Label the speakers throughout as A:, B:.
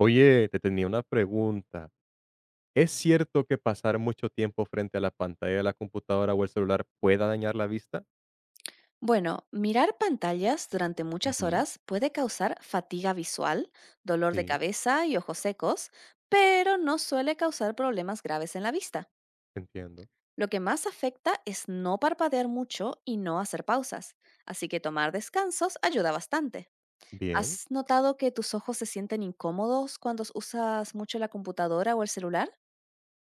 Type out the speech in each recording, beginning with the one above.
A: Oye, te tenía una pregunta. ¿Es cierto que pasar mucho tiempo frente a la pantalla de la computadora o el celular pueda dañar la vista?
B: Bueno, mirar pantallas durante muchas
A: Ujú.
B: horas puede causar fatiga visual, dolor de
A: Sí,
B: cabeza y ojos secos, pero no suele causar problemas graves en la vista.
A: entiendo.
B: Lo que más afecta es no parpadear mucho y no hacer pausas, así que tomar descansos ayuda bastante.
A: Bien.
B: ¿Has notado que tus ojos se sienten incómodos cuando usas mucho la computadora o el celular?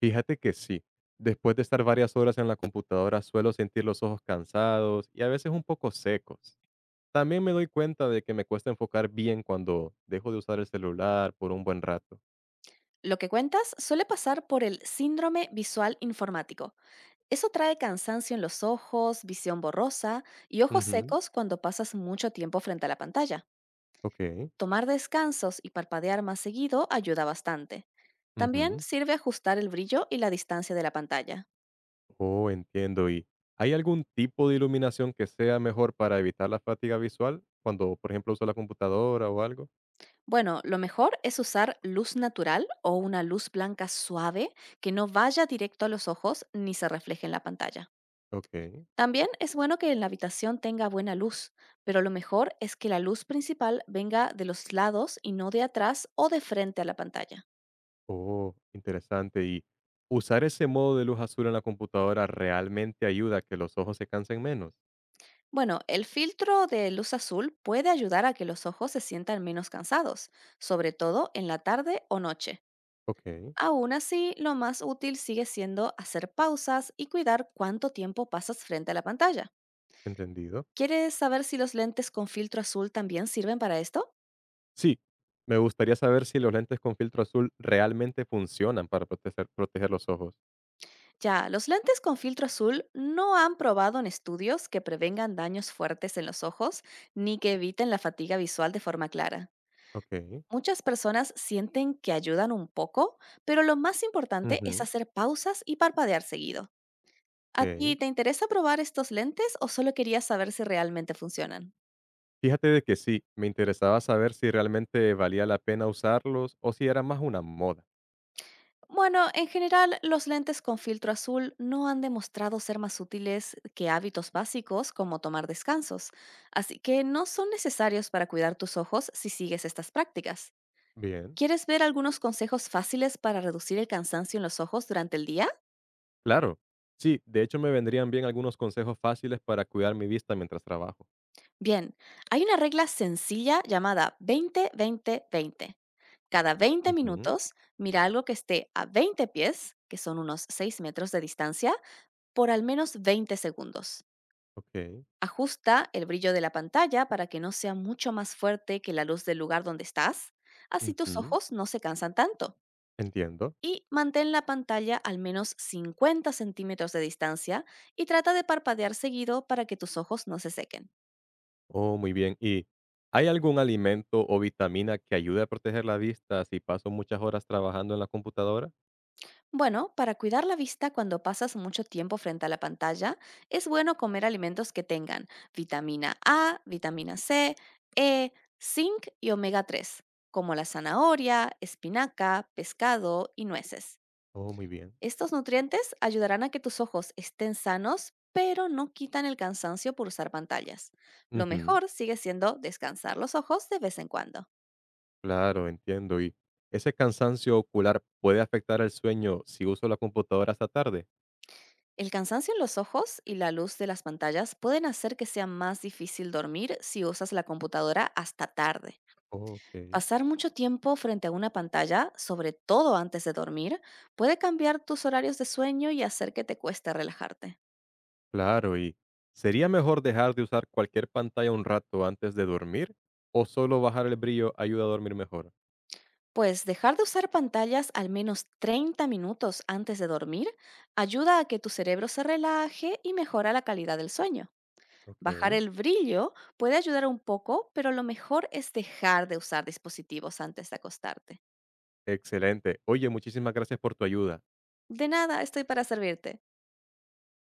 A: Fíjate que sí. Después de estar varias horas en la computadora suelo sentir los ojos cansados y a veces un poco secos. También me doy cuenta de que me cuesta enfocar bien cuando dejo de usar el celular por un buen rato.
B: Lo que cuentas suele pasar por el síndrome visual informático. Eso trae cansancio en los ojos, visión borrosa y ojos
A: Ujú.
B: secos cuando pasas mucho tiempo frente a la pantalla.
A: Ok.
B: Tomar descansos y parpadear más seguido ayuda bastante. También
A: Ujú.
B: sirve ajustar el brillo y la distancia de la pantalla.
A: Oh, entiendo. ¿Y hay algún tipo de iluminación que sea mejor para evitar la fatiga visual cuando, por ejemplo, uso la computadora o algo?
B: Bueno, lo mejor es usar luz natural o una luz blanca suave que no vaya directo a los ojos ni se refleje en la pantalla.
A: Ok.
B: También es bueno que en la habitación tenga buena luz, pero lo mejor es que la luz principal venga de los lados y no de atrás o de frente a la pantalla.
A: Oh, interesante. ¿Y usar ese modo de luz azul en la computadora realmente ayuda a que los ojos se cansen menos?
B: Bueno, el filtro de luz azul puede ayudar a que los ojos se sientan menos cansados, sobre todo en la tarde o noche.
A: Ok,
B: Aún así, lo más útil sigue siendo hacer pausas y cuidar cuánto tiempo pasas frente a la pantalla.
A: entendido.
B: ¿Quieres saber si los lentes con filtro azul también sirven para esto?
A: Sí, me gustaría saber si los lentes con filtro azul realmente funcionan para proteger los ojos.
B: Ya, los lentes con filtro azul no han probado en estudios que prevengan daños fuertes en los ojos ni que eviten la fatiga visual de forma clara.
A: Ok.
B: Muchas personas sienten que ayudan un poco, pero lo más importante es
A: Ujú,
B: hacer pausas y parpadear seguido. ¿A ti
A: ok.
B: te interesa probar estos lentes o solo querías saber si realmente funcionan?
A: Fíjate de que sí, me interesaba saber si realmente valía la pena usarlos o si era más una moda.
B: Bueno, en general, los lentes con filtro azul no han demostrado ser más útiles que hábitos básicos como tomar descansos, así que no son necesarios para cuidar tus ojos si sigues estas prácticas.
A: Bien,
B: ¿Quieres ver algunos consejos fáciles para reducir el cansancio en los ojos durante el día?
A: claro. Sí, de hecho me vendrían bien algunos consejos fáciles para cuidar mi vista mientras trabajo.
B: Bien, hay una regla sencilla llamada 20-20-20. Cada 20
A: Ujú,
B: minutos, mira algo que esté a 20 pies, que son unos 6 metros de distancia, por al menos 20 segundos.
A: ok,
B: Ajusta el brillo de la pantalla para que no sea mucho más fuerte que la luz del lugar donde estás, así tus
A: ujú,
B: ojos no se cansan tanto.
A: entiendo.
B: Y mantén la pantalla al menos 50 centímetros de distancia y trata de parpadear seguido para que tus ojos no se sequen.
A: Oh, muy bien. ¿Y hay algún alimento o vitamina que ayude a proteger la vista si paso muchas horas trabajando en la computadora?
B: Bueno, para cuidar la vista cuando pasas mucho tiempo frente a la pantalla, es bueno comer alimentos que tengan vitamina A, vitamina C, E, zinc y omega 3, como la zanahoria, espinaca, pescado y nueces.
A: Oh, muy bien.
B: Estos nutrientes ayudarán a que tus ojos estén sanos, pero no quitan el cansancio por usar pantallas. Lo
A: Ujú,
B: mejor sigue siendo descansar los ojos de vez en cuando.
A: claro, entiendo. ¿Y ese cansancio ocular puede afectar el sueño si uso la computadora hasta tarde?
B: El cansancio en los ojos y la luz de las pantallas pueden hacer que sea más difícil dormir si usas la computadora hasta tarde.
A: Okey,
B: Pasar mucho tiempo frente a una pantalla, sobre todo antes de dormir, puede cambiar tus horarios de sueño y hacer que te cueste relajarte.
A: claro, ¿y sería mejor dejar de usar cualquier pantalla un rato antes de dormir o solo bajar el brillo ayuda a dormir mejor?
B: Pues dejar de usar pantallas al menos 30 minutos antes de dormir ayuda a que tu cerebro se relaje y mejora la calidad del sueño. Bajar
A: Okey,
B: el brillo puede ayudar un poco, pero lo mejor es dejar de usar dispositivos antes de acostarte.
A: excelente. Oye, muchísimas gracias por tu ayuda.
B: De nada, estoy para servirte.